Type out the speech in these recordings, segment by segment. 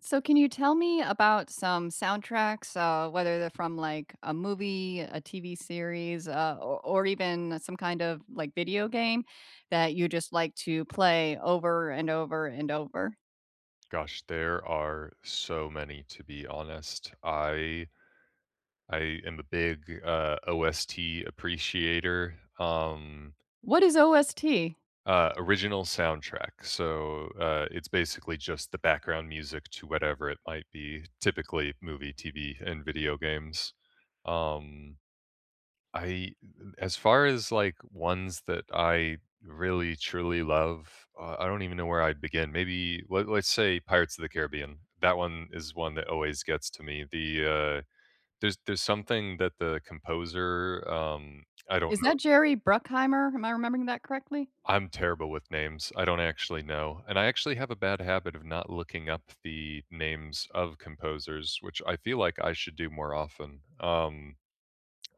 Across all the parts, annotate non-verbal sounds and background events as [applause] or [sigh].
So can you tell me about some soundtracks, whether they're from like a movie, a TV series, or even some kind of like video game that you just like to play over and over and over? Gosh, there are so many to be honest. I am a big OST appreciator. What is OST? Original soundtrack. So it's basically just the background music to whatever it might be, typically movie, TV, and video games. Um, I As far as, like, ones that I really truly love, I don't even know where I'd begin. Maybe let's say Pirates of the Caribbean. That one is one that always gets to me. There's something that the composer. I don't Is know. that Jerry Bruckheimer? Am I remembering that correctly? I'm terrible with names. I don't actually know, and I actually have a bad habit of not looking up the names of composers, which I feel like I should do more often. Um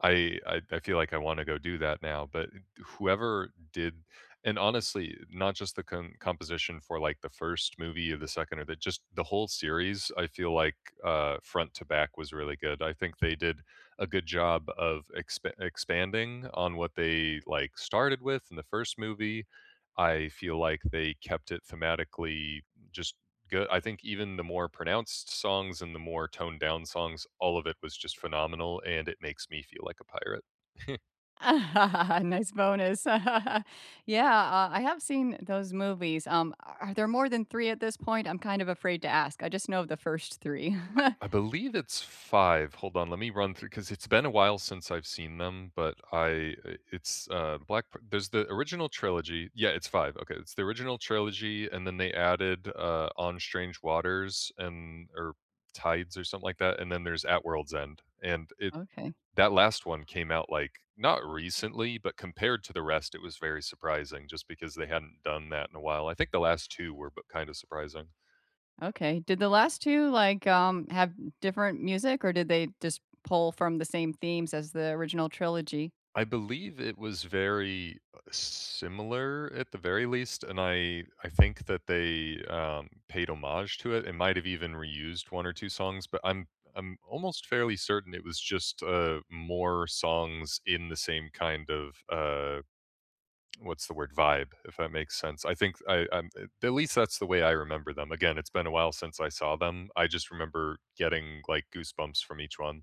I I I feel like I wanna go do that now, but whoever did. And honestly, not just the composition for, like, the first movie or the second or the just the whole series, I feel like, front to back was really good. I think they did a good job of expanding on what they, like, started with in the first movie. I feel like they kept it thematically just good. I think even the more pronounced songs and the more toned down songs, all of it was just phenomenal, and it makes me feel like a pirate. [laughs] [laughs] Nice bonus. [laughs] Yeah, I have seen those movies. Are there more than three at this point? I'm kind of afraid to ask. I just know of the first three. I believe it's five. Hold on, let me run through because 'cause it's been a while since I've seen them, but I it's, the Black P there's the original trilogy, yeah, it's five, okay, it's the original trilogy, and then they added, On Strange Waters, and or Tides or something like that, and then there's At World's End, and it [laughs] Okay. That last one came out, like, not recently, but compared to the rest, it was very surprising just because they hadn't done that in a while. I think the last two were b kinda surprising. Okay. Did the last two, like, have different music, or did they just pull from the same themes as the original trilogy? I believe it was very, similar at the very least, and I think that they, paid homage to it and might have even reused one or two songs, but I'm almost fairly certain it was just, more songs in the same kind of, what's the word, vibe, if that makes sense. I think I'm, at least that's the way I remember them. Again, it's been a while since I saw them. I just remember getting like goosebumps from each one.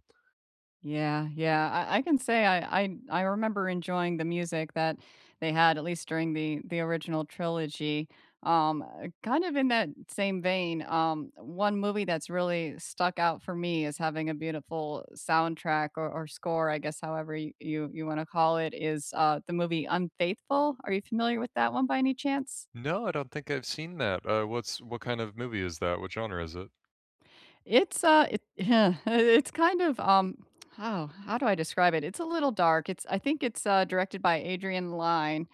Yeah, yeah. I can say I remember enjoying the music that they had, at least during the original trilogy. Kind of in that same vein, one movie that's really stuck out for me as having a beautiful soundtrack or score, I guess, however y you you wanna call it, is, the movie Unfaithful. Are you familiar with that one by any chance? No, I don't think I've seen that. What's, what kind of movie is that? What genre is it? It's, it [laughs] it's kind of, oh, how do I describe it? It's a little dark. It's I think it's, directed by Adrian Lyne,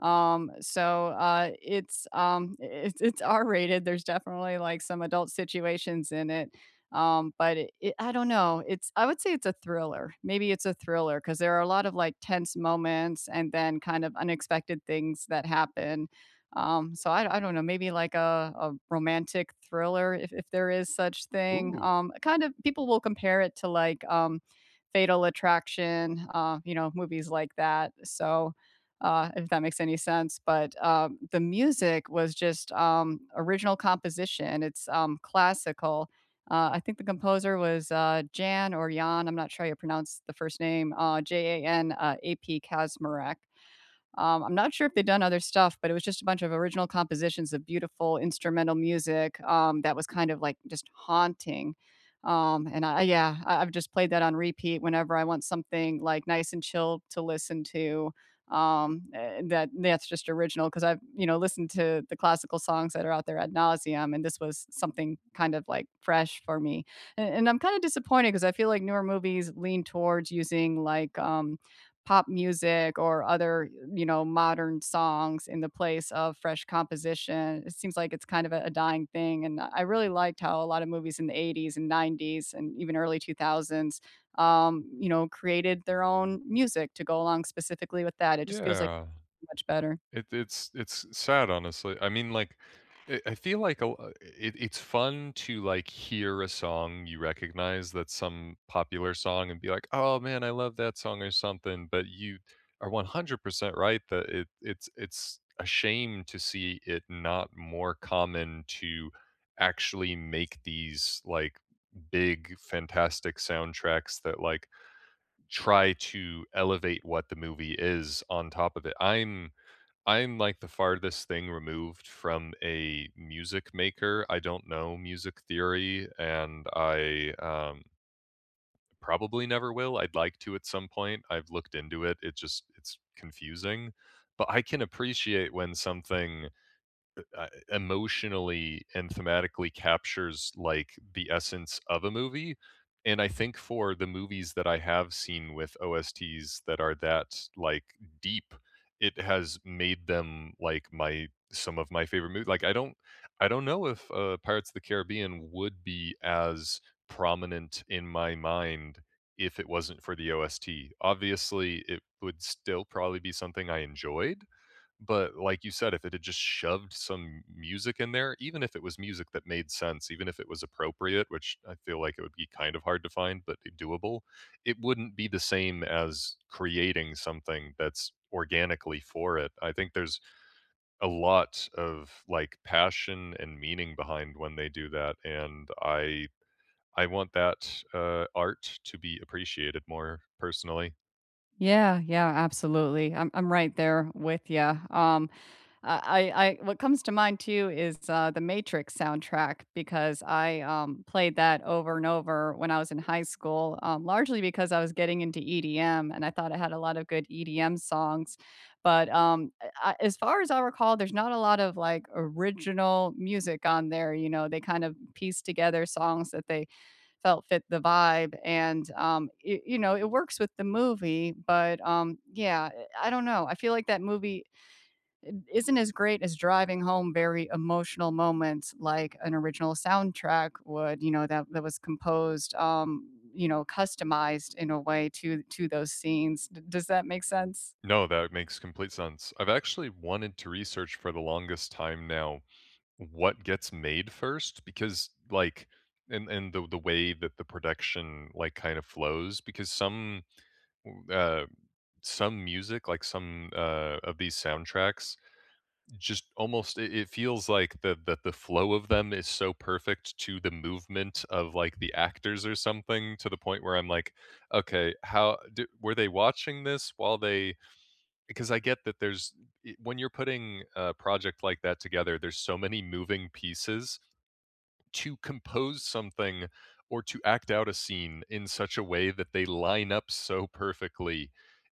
it's, it's R-rated. There's definitely, like, some adult situations in it, but it I don't know, it's I would say it's a thriller. Maybe it's a thriller because there are a lot of, like, tense moments and then kind of unexpected things that happen, so I don't know, maybe like a romantic thriller if there is such thing. Ooh, Um, kind of people will compare it to, like, Fatal Attraction, you know, movies like that, so if that makes any sense. But the music was just original composition. It's classical. I think the composer was Jan or Jan. I'm not sure how you pronounce the first name. Jan A P Kazmarek. I'm not sure if they've done other stuff, but it was just a bunch of original compositions of beautiful instrumental music that was kind of like just haunting. And I, yeah, I've just played that on repeat whenever I want something like nice and chill to listen to. Eh, that that's just original because I've you know listened to the classical songs that are out there ad nauseum, and this was something kind of like fresh for me. And I'm kind of disappointed because I feel like newer movies lean towards using like pop music or other, you know, modern songs in the place of fresh composition. It seems like it's kind of a dying thing. And I really liked how a lot of movies in the 80s and 90s and even early 2000s, you know, created their own music to go along specifically with that. It just feels like yeah. much better. It it's sad, honestly. I feel like a l it it's fun to, like, hear a song you recognize that's some popular song and be like, "Oh, man, I love that song," or something, but you are 100% right that it's a shame to see it not more common to actually make these, like, big, fantastic soundtracks that, like, try to elevate what the movie is on top of it. I'm like the farthest thing removed from a music maker. I don't know music theory, and I probably never will. I'd like to at some point. I've looked into it. It just it's confusing, but I can appreciate when something emotionally and thematically captures like the essence of a movie. And I think for the movies that I have seen with OSTs that are that like deep, it has made them like my some of my favorite movies. Like I don't know if Pirates of the Caribbean would be as prominent in my mind if it wasn't for the OST. Obviously, it would still probably be something I enjoyed, but like you said, if it had just shoved some music in there, even if it was music that made sense, even if it was appropriate, which I feel like it would be kind of hard to find, but doable, it wouldn't be the same as creating something that's organically for it. I think there's a lot of like passion and meaning behind when they do that. And I want that art to be appreciated more personally. Yeah, yeah, absolutely. I'm right there with you. What comes to mind too is the Matrix soundtrack because I played that over and over when I was in high school, largely because I was getting into EDM and I thought it had a lot of good EDM songs. But I, as far as I recall, there's not a lot of like original music on there. You know, they kind of piece together songs that they felt fit the vibe and you know it works with the movie but yeah eh, I don't know I feel like that movie eh, isn't as great as driving home very emotional moments like an original soundtrack would. You know, that was composed you know customized in a way to those scenes. Does that make sense? No, that makes complete sense. I've actually wanted to research for the longest time now what gets made first. Because like, and the way that the production like kind of flows, because uh some music, like some of these soundtracks just almost, it feels like the that the flow of them is so perfect to the movement of like the actors or something to the point where I'm like, okay, how d were they watching this while they, because I get that there's, when you're putting a project like that together there's so many moving pieces. To compose something or to act out a scene in such a way that they line up so perfectly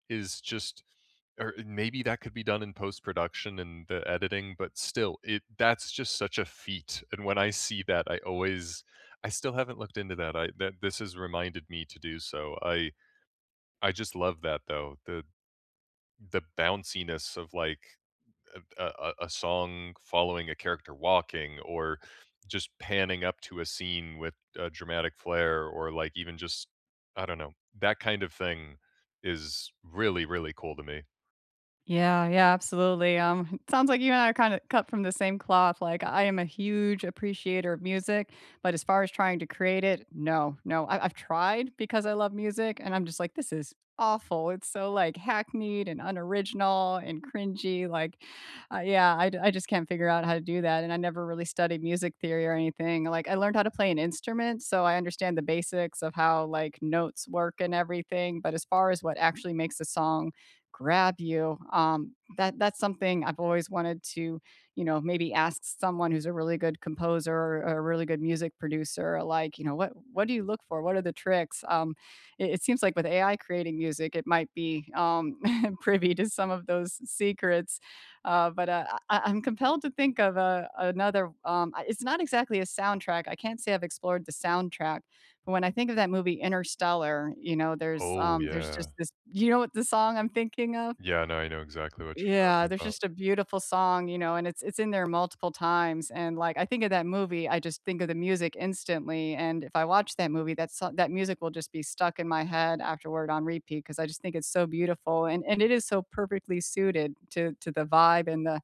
is just, or maybe that could be done in post-production and the editing, but still, it that's just such a feat, and when I see that, I always, I still haven't looked into that, I that this has reminded me to do so. I just love that, though, the bounciness of, like, a song following a character walking or just panning up to a scene with a dramatic flair, or like even just, I don't know, that kind of thing is really, really cool to me. Yeah, yeah, absolutely. [laughs] It sounds like you and I are kind of cut from the same cloth. Like I am a huge appreciator of music, but as far as trying to create it, no, no. I've tried because I love music, and I'm just like, this is awful. It's so like hackneyed and unoriginal and cringy. Like, yeah, I just can't figure out how to do that. And I never really studied music theory or anything. Like I learned how to play an instrument, so I understand the basics of how like notes work and everything. But as far as what actually makes a song grab you. That's something I've always wanted to, you know, maybe ask someone who's a really good composer or a really good music producer, like, you know, what do you look for? What are the tricks? It seems like with AI creating music, it might be [laughs] privy to some of those secrets. But I, I'm compelled to think of another. It's not exactly a soundtrack. I can't say I've explored the soundtrack, when I think of that movie Interstellar, you know, Oh there's yeah. just this you know what the song I'm thinking of? Yeah, no, I know exactly what you're Yeah, talking there's about. just a beautiful song, you know, and it's in there multiple times, and, like, I think of that movie, I just think of the music instantly, and if I watch that movie, that so that music will just be stuck in my head afterward on repeat because I just think it's so beautiful, and it is so perfectly suited to the vibe and the,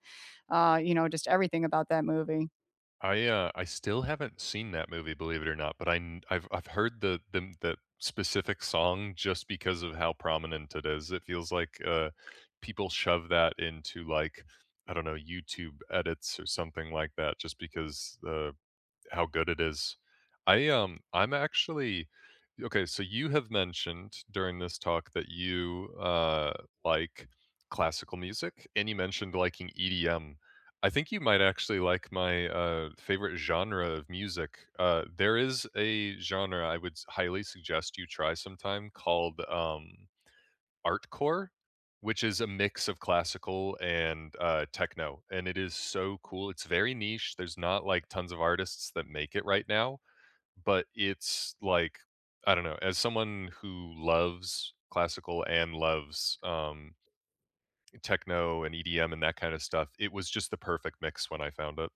you know, just everything about that movie. I still haven't seen that movie, believe it or not, but I kn I've heard the the specific song just because of how prominent it is. It feels like, people shove that into, like, I don't know, YouTube edits or something like that just because, how good it is. I, I'm actually Okay, so you have mentioned during this talk that you, like classical music, and you mentioned liking EDM. I think you might actually like my, favorite genre of music. There is a genre I would s highly suggest you try sometime called, Artcore, which is a mix of classical and, techno, and it is so cool. It's very niche. There's not, like, tons of artists that make it right now, but it's, like, I don't know, as someone who loves classical and loves, techno and EDM and that kind of stuff, it was just the perfect mix when I found it.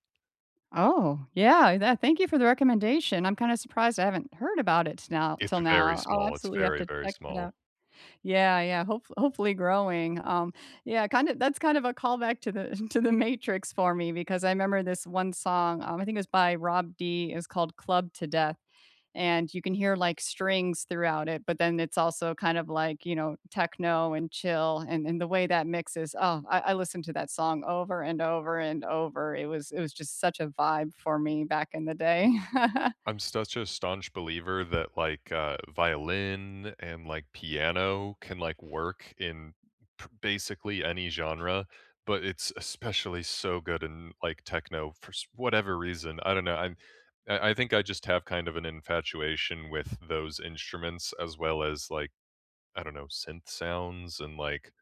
Oh, yeah, that thank you for the recommendation. I'm kinda surprised I haven't heard about it now It's till now. very I'll small. It's absolutely have very, to very check that small. out. Yeah, yeah, hope hopefully growing. Yeah, kind of that's kind of a callback to the [laughs] to The Matrix for me because I remember this one song, I think it was by Rob D, it was called Club to Death and you can hear, like, strings throughout it, but then it's also kind of like, you know, techno and chill, and the way that mixes oh, I listened to that song over and over and over. It was just such a vibe for me back in the day. [laughs] I'm such a staunch believer that like violin and like piano can like work in basically any genre, but it's especially so good in like techno for whatever reason. I don't know. I think I just have kind of an infatuation with those instruments, as well as like, I don't know, synth sounds and like,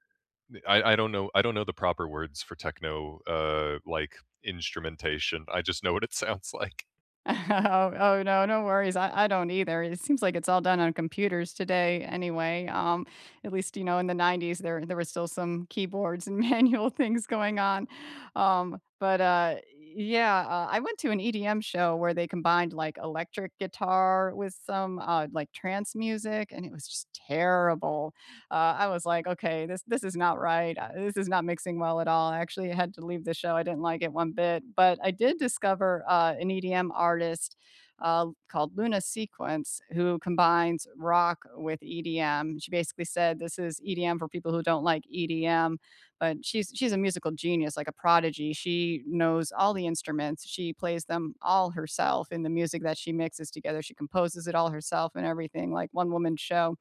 I don't know, I don't know the proper words for techno, like, instrumentation. I just know what it [laughs] sounds like. [laughs] Oh, oh, no, no worries. I don't either. It seems like it's all done on computers today anyway. At least, you know, in the 90s, there was still some keyboards and [laughs] manual things going on. But yeah, I went to an EDM show where they combined like electric guitar with some like trance music, and it was just terrible. I was like, "Okay, this is not right. This is not mixing well at all." I actually had to leave the show. I didn't like it one bit, but I did discover an EDM artist called Luna Sequence, who combines rock with EDM. She basically said this is EDM for people who don't like EDM, but she's a musical genius, like a prodigy. She knows all the instruments. She plays them all herself in the music that she mixes together. She composes it all herself and everything, like one woman show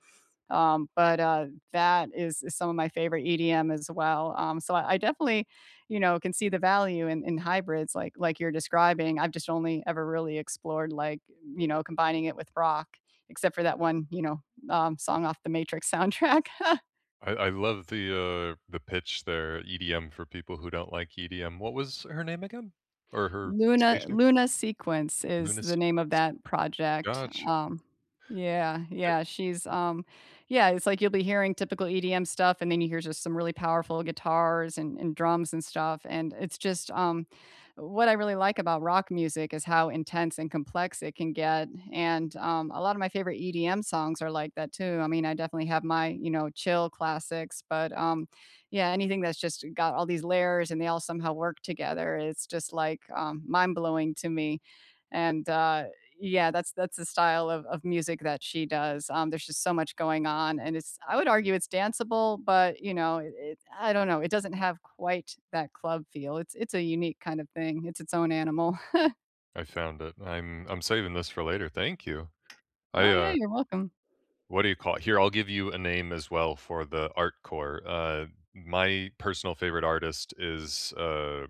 but, that is some of my favorite EDM as well. So I definitely, you know, can see the value in hybrids like you're describing. I've just only ever really explored, like, you know, combining it with rock, except for that one, you know, song off the Matrix soundtrack. [laughs] I love the pitch there, EDM for people who don't like EDM. What was her name again? Or her stage name? Luna Sequence is Luna the name of Sequence. that project, Gotcha. Yeah, yeah, she's, yeah, it's like you'll be hearing typical EDM stuff, and then you hear just some really powerful guitars and drums and stuff, and it's just, what I really like about rock music is how intense and complex it can get, and, a lot of my favorite EDM songs are like that too. I mean, I definitely have my, you know, chill classics, but, yeah, anything that's just got all these layers and they all somehow work together, it's just, like, mind-blowing to me, and, yeah, that's the style of music that she does, there's just so much going on, and it's I would argue it's danceable, but, you know, it I don't know, it doesn't have quite that club feel, it's a unique kind of thing, it's its own animal. [laughs] I found it. I'm saving this for later. Thank you. I, Oh, yeah, uh you're welcome. What do you call it? Here, I'll give you a name as well for the art core. My personal favorite artist is,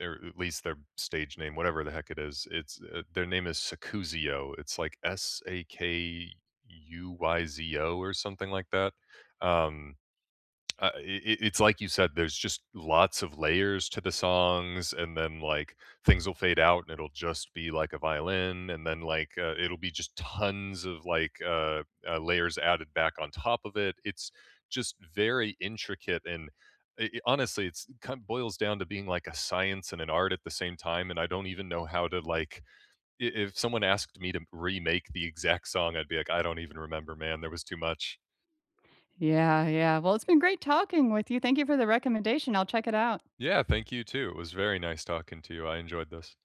or at least their stage name, whatever the heck it is. It's Their name is Sakuzio. It's like Sakuyzo or something like that. Um, I It's like you said, there's just lots of layers to the songs, and then, like, things will fade out, and it'll just be, like, a violin, and then, like, it'll be just tons of, like, layers added back on top of it. It's just very intricate, and I honestly, it's kind of boils down to being, like, a science and an art at the same time, and I don't even know how to, like I if someone asked me to remake the exact song, I'd be like, "I don't even remember, man. There was too much." Yeah, yeah, well, it's been great talking with you, thank you for the recommendation, I'll check it out. Yeah, thank you too. It was very nice talking to you. I enjoyed this.